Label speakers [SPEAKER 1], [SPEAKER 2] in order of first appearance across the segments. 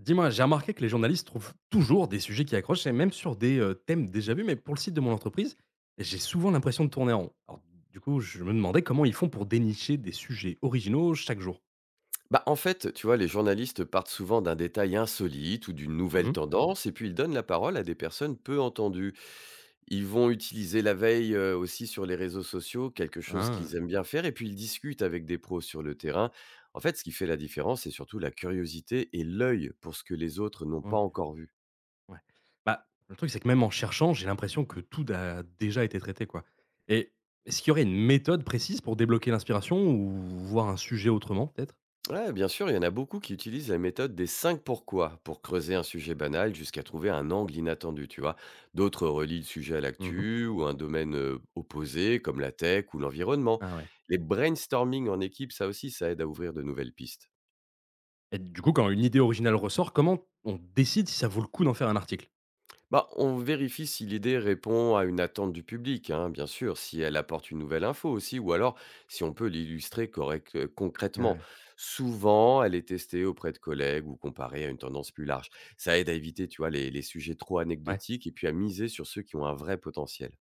[SPEAKER 1] Dis-moi, j'ai remarqué que les journalistes trouvent toujours des sujets qui accrochent, et même sur des thèmes déjà vus, mais pour le site de mon entreprise, j'ai souvent l'impression de tourner en rond. Alors, du coup, je me demandais comment ils font pour dénicher des sujets originaux chaque jour.
[SPEAKER 2] Bah, en fait, tu vois, les journalistes partent souvent d'un détail insolite ou d'une nouvelle
[SPEAKER 1] Mhm.
[SPEAKER 2] tendance, et puis ils donnent la parole à des personnes peu entendues. Ils vont utiliser la veille aussi sur les réseaux sociaux, quelque chose qu'ils
[SPEAKER 1] Ah,
[SPEAKER 2] aiment bien faire, et puis ils discutent avec des pros sur le terrain. En fait, ce qui fait la différence, c'est surtout la curiosité et l'œil pour ce que les autres n'ont pas
[SPEAKER 1] ok,
[SPEAKER 2] encore vu.
[SPEAKER 1] ouais. Bah, le truc, c'est que même en cherchant, j'ai l'impression que tout a déjà été traité, quoi. Et est-ce qu'il y aurait une méthode précise pour débloquer l'inspiration ou voir un sujet autrement, peut-être.
[SPEAKER 2] Ouais, bien sûr, il y en a beaucoup qui utilisent la méthode des 5 pourquoi pour creuser un sujet banal jusqu'à trouver un angle inattendu, tu vois. D'autres relient le sujet à
[SPEAKER 1] Mhm.
[SPEAKER 2] l'actu ou à un domaine opposé comme la tech ou l'environnement.
[SPEAKER 1] Ah ouais.
[SPEAKER 2] Les brainstorming en équipe, ça aussi, ça aide à ouvrir de nouvelles pistes.
[SPEAKER 1] Et du coup, quand une idée originale ressort, comment on décide si ça vaut le coup d'en faire un article?
[SPEAKER 2] Bah, on vérifie si l'idée répond à une attente du public, hein, bien sûr, si elle apporte une nouvelle info aussi, ou alors si on peut l'illustrer
[SPEAKER 1] Ah
[SPEAKER 2] concrètement.
[SPEAKER 1] ouais.
[SPEAKER 2] Souvent, elle est testée auprès de collègues ou comparée à une tendance plus large. Ça aide à éviter, tu vois, les sujets trop
[SPEAKER 1] Ouais.
[SPEAKER 2] anecdotiques et puis à miser sur ceux qui ont un vrai potentiel.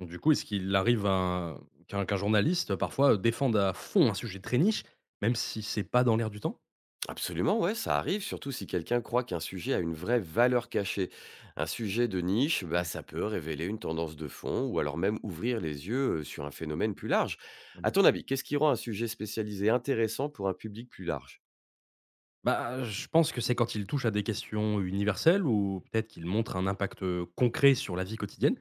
[SPEAKER 1] Du coup, est-ce qu'il arrive à qu'un journaliste, parfois, défende à fond un sujet très niche, même si c'est pas dans l'air du temps?
[SPEAKER 2] Absolument, ouais, ça arrive, surtout si quelqu'un croit qu'un sujet a une vraie valeur cachée. Un sujet de niche, bah,
[SPEAKER 1] Ouais,
[SPEAKER 2] ça peut révéler une tendance de fond ou alors même ouvrir les yeux sur un phénomène plus large.
[SPEAKER 1] ouais,
[SPEAKER 2] À
[SPEAKER 1] bien sûr.
[SPEAKER 2] ton avis, qu'est-ce qui rend un sujet spécialisé intéressant pour un public plus large?
[SPEAKER 1] Bah, je pense que c'est quand il touche à des questions universelles ou peut-être qu'il montre un impact, concret sur la vie quotidienne.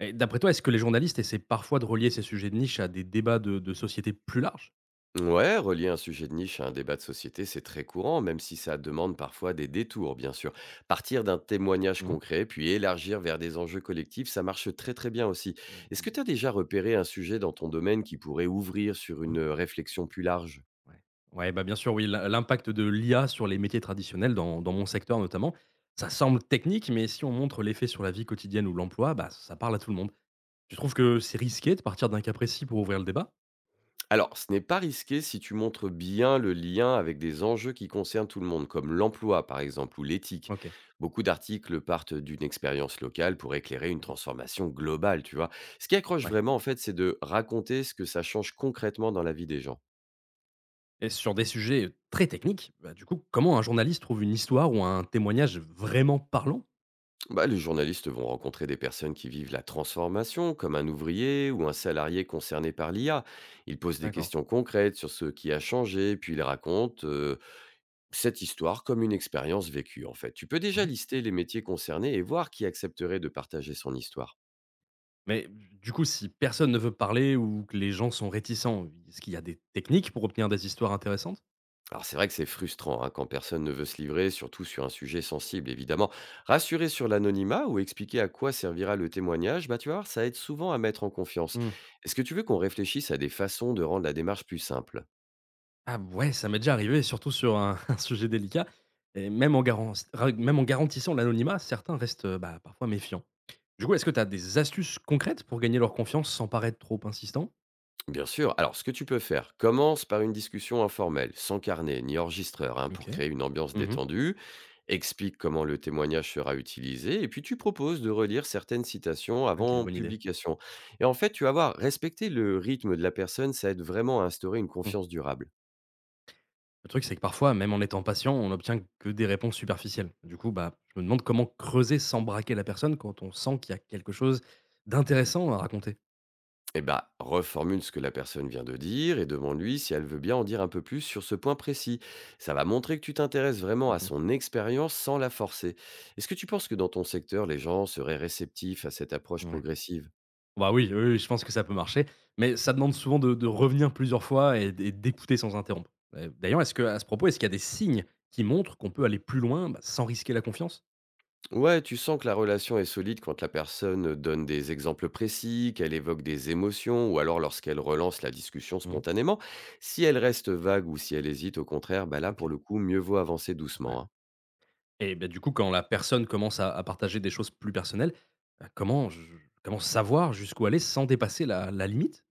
[SPEAKER 1] Et d'après toi, est-ce que les journalistes essaient parfois de relier ces sujets de niche à des débats de société plus larges?
[SPEAKER 2] Ouais, relier un sujet de niche à un débat de société, c'est très courant, même si ça demande parfois des détours, bien sûr. Partir d'un témoignage
[SPEAKER 1] Mmh.
[SPEAKER 2] concret, puis élargir vers des enjeux collectifs, ça marche très très bien aussi.
[SPEAKER 1] Ouais, bonne
[SPEAKER 2] Est-ce que
[SPEAKER 1] idée.
[SPEAKER 2] tu as déjà repéré un sujet dans ton domaine qui pourrait ouvrir sur une réflexion plus large?
[SPEAKER 1] Ouais. Ouais, bah, bien sûr, oui, l'impact de l'IA sur les métiers traditionnels dans mon secteur notamment, ça semble technique, mais si on montre l'effet sur la vie quotidienne ou l'emploi, bah, ça parle à tout le monde. Tu trouves que c'est risqué de partir d'un cas précis pour ouvrir le débat?
[SPEAKER 2] Alors, ce n'est pas risqué si tu montres bien le lien avec des enjeux qui concernent tout le monde, comme l'emploi par exemple ou l'éthique.
[SPEAKER 1] OK.
[SPEAKER 2] Beaucoup d'articles partent d'une expérience locale pour éclairer une
[SPEAKER 1] Mmh.
[SPEAKER 2] transformation globale, tu vois. Ce qui accroche
[SPEAKER 1] Ouais,
[SPEAKER 2] vraiment, en fait, c'est de raconter ce que ça change concrètement dans la vie des gens.
[SPEAKER 1] et sur des sujets, très techniques, bah, du coup, comment un journaliste trouve une histoire ou un témoignage vraiment parlant?
[SPEAKER 2] Bah, les journalistes vont rencontrer des personnes qui vivent la transformation, comme un ouvrier ou un salarié concerné par l'IA. Ils posent des
[SPEAKER 1] D'accord.
[SPEAKER 2] questions concrètes sur ce qui a changé, puis ils racontent cette histoire comme une expérience vécue, en fait. Tu peux déjà
[SPEAKER 1] Mmh.
[SPEAKER 2] lister les métiers concernés et voir qui accepterait de partager son histoire.
[SPEAKER 1] Mais du coup, si personne ne veut parler ou que les gens sont réticents, est-ce qu'il y a des techniques pour obtenir des histoires intéressantes?
[SPEAKER 2] Alors c'est vrai que c'est frustrant hein, quand personne ne veut se livrer, surtout sur un sujet sensible évidemment. Rassurer sur l'anonymat ou expliquer à quoi servira le témoignage, bah tu vas voir, ça aide souvent à mettre en confiance.
[SPEAKER 1] Mmh.
[SPEAKER 2] Est-ce que tu veux qu'on réfléchisse à des façons de rendre la démarche plus simple?
[SPEAKER 1] Ah ouais, ça m'est déjà arrivé, surtout sur un un sujet délicat et même en garantissant l'anonymat, certains restent, bah, parfois méfiants. Du coup, est-ce que tu as des astuces concrètes pour gagner leur confiance sans paraître trop insistant?
[SPEAKER 2] Bien sûr. Alors ce que tu peux faire, commence par une discussion informelle, sans carnet ni enregistreur, hein, pour
[SPEAKER 1] OK.
[SPEAKER 2] créer une ambiance
[SPEAKER 1] Mmh.
[SPEAKER 2] détendue. Explique comment le témoignage sera utilisé et puis tu proposes de relire certaines citations
[SPEAKER 1] OK,
[SPEAKER 2] avant
[SPEAKER 1] bonne idée.
[SPEAKER 2] publication. Et en fait, tu vas voir, respecter le rythme de la personne, ça aide vraiment à instaurer une
[SPEAKER 1] Mmh.
[SPEAKER 2] confiance durable.
[SPEAKER 1] Le truc, c'est que parfois, même en étant patient, on obtient que des réponses superficielles. Du coup, bah, je me demande comment creuser sans braquer la personne quand on sent qu'il y a quelque chose d'intéressant à raconter?
[SPEAKER 2] Et bah, reformule ce que la personne vient de dire et demande-lui si elle veut bien en dire un peu plus sur ce point précis. Ça va montrer que tu t'intéresses vraiment à
[SPEAKER 1] Mmh.
[SPEAKER 2] son expérience sans la forcer. Est-ce que tu penses que dans ton secteur, les gens seraient réceptifs à cette approche
[SPEAKER 1] Ouais.
[SPEAKER 2] progressive?
[SPEAKER 1] Bah, oui, oui, oui, je pense que ça peut marcher, mais ça demande souvent de revenir plusieurs fois et d'écouter sans interrompre. D'ailleurs, est-ce que à ce propos, est-ce qu'il y a des signes qui montrent qu'on peut aller plus loin, bah, sans risquer la confiance?
[SPEAKER 2] Ouais, tu sens que la relation est solide quand la personne donne des exemples précis, qu'elle évoque des émotions, ou alors lorsqu'elle relance la discussion
[SPEAKER 1] Mmh.
[SPEAKER 2] spontanément. Si elle reste vague ou si elle hésite, au contraire, bah là, pour
[SPEAKER 1] OK.
[SPEAKER 2] le coup, mieux vaut avancer
[SPEAKER 1] Ouais.
[SPEAKER 2] doucement, hein.
[SPEAKER 1] Et bah, du coup, quand la personne commence à partager des choses plus personnelles, bah, comment savoir jusqu'où aller sans dépasser la limite?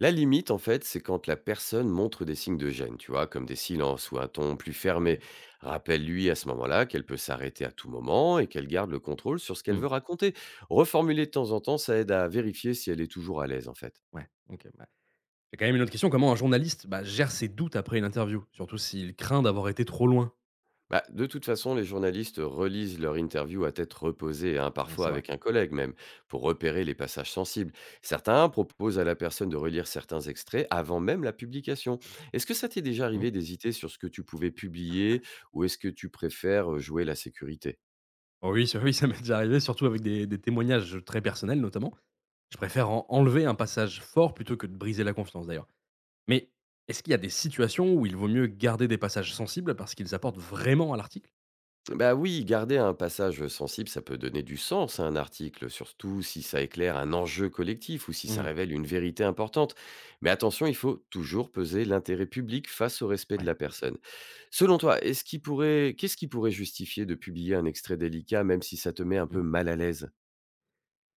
[SPEAKER 2] La limite, en fait, c'est quand la personne montre des signes de gêne, tu vois, comme des silences ou un ton plus
[SPEAKER 1] OK.
[SPEAKER 2] fermé. Rappelle-lui à ce moment-là qu'elle peut s'arrêter à tout moment et qu'elle garde le contrôle sur ce qu'elle
[SPEAKER 1] Mmh.
[SPEAKER 2] veut raconter. Reformuler de temps en temps, ça aide à vérifier si elle est toujours à l'aise, en fait.
[SPEAKER 1] Ouais. OK, bah, j'ai quand même une autre question. Comment un journaliste, bah, gère ses doutes après une interview? Surtout s'il craint d'avoir été trop loin?
[SPEAKER 2] Bah, de toute façon, les journalistes relisent leur interview à tête reposée, hein,
[SPEAKER 1] Ouais,
[SPEAKER 2] parfois
[SPEAKER 1] c'est vrai.
[SPEAKER 2] avec un collègue même, pour repérer les passages sensibles. Certains proposent à la personne de relire certains extraits avant même la publication. Est-ce que ça t'est déjà
[SPEAKER 1] Mmh.
[SPEAKER 2] arrivé d'hésiter sur ce que tu pouvais publier, ou est-ce que tu préfères jouer la sécurité?
[SPEAKER 1] Oh oui, ça m'est déjà arrivé, surtout avec des témoignages, très personnels notamment. Je préfère en enlever un passage fort plutôt que de briser la confiance d'ailleurs. Mais est-ce qu'il y a des situations où il vaut mieux garder des passages sensibles parce qu'ils apportent vraiment à l'article?
[SPEAKER 2] Bah oui, garder un passage sensible, ça peut donner du sens à un article, surtout si ça éclaire un enjeu collectif ou si ça
[SPEAKER 1] Mmh,
[SPEAKER 2] révèle une vérité importante. Mais attention, il faut toujours peser l'intérêt public face au respect de
[SPEAKER 1] ouais,
[SPEAKER 2] la
[SPEAKER 1] OK.
[SPEAKER 2] personne. Selon toi, est-ce qu'il pourrait, qu'est-ce qui pourrait justifier de publier un extrait délicat, même si ça te met un
[SPEAKER 1] Mmh.
[SPEAKER 2] peu mal à l'aise?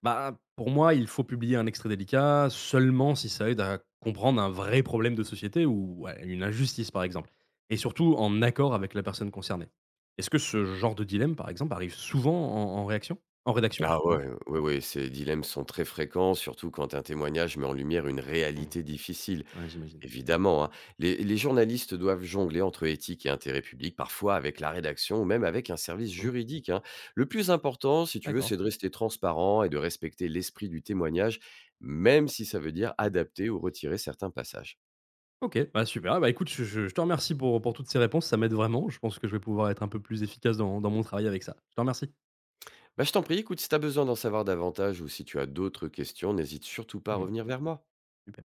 [SPEAKER 1] Bah, pour moi, il faut publier un extrait délicat seulement si ça aide à comprendre un vrai problème de société ou à une injustice par exemple, et surtout en accord avec la personne concernée. Est-ce que ce genre de dilemme par exemple arrive souvent en en réaction en rédaction,
[SPEAKER 2] Ah
[SPEAKER 1] excuse-moi?
[SPEAKER 2] ouais, ouais, ouais, ces dilemmes sont très fréquents, surtout quand un témoignage met en lumière une
[SPEAKER 1] Mmh,
[SPEAKER 2] réalité difficile.
[SPEAKER 1] ouais, j'imagine.
[SPEAKER 2] Évidemment, hein. Les journalistes doivent jongler entre éthique et intérêt public, parfois avec la rédaction ou même avec un service
[SPEAKER 1] Mmh.
[SPEAKER 2] juridique, hein. Le plus important, si tu veux,
[SPEAKER 1] D'accord.
[SPEAKER 2] c'est de rester transparent et de respecter l'esprit du témoignage, même si ça veut dire
[SPEAKER 1] Mmh.
[SPEAKER 2] adapter ou retirer certains passages.
[SPEAKER 1] OK, bah, super. Bah, écoute, je te remercie pour toutes ces réponses, ça m'aide vraiment. Je pense que je vais pouvoir être un peu plus efficace dans mon travail avec ça. Je te remercie.
[SPEAKER 2] Bah, je t'en prie, écoute, si tu as besoin d'en savoir davantage ou si tu as d'autres questions, n'hésite surtout pas à
[SPEAKER 1] Mmh.
[SPEAKER 2] revenir vers moi.
[SPEAKER 1] Super.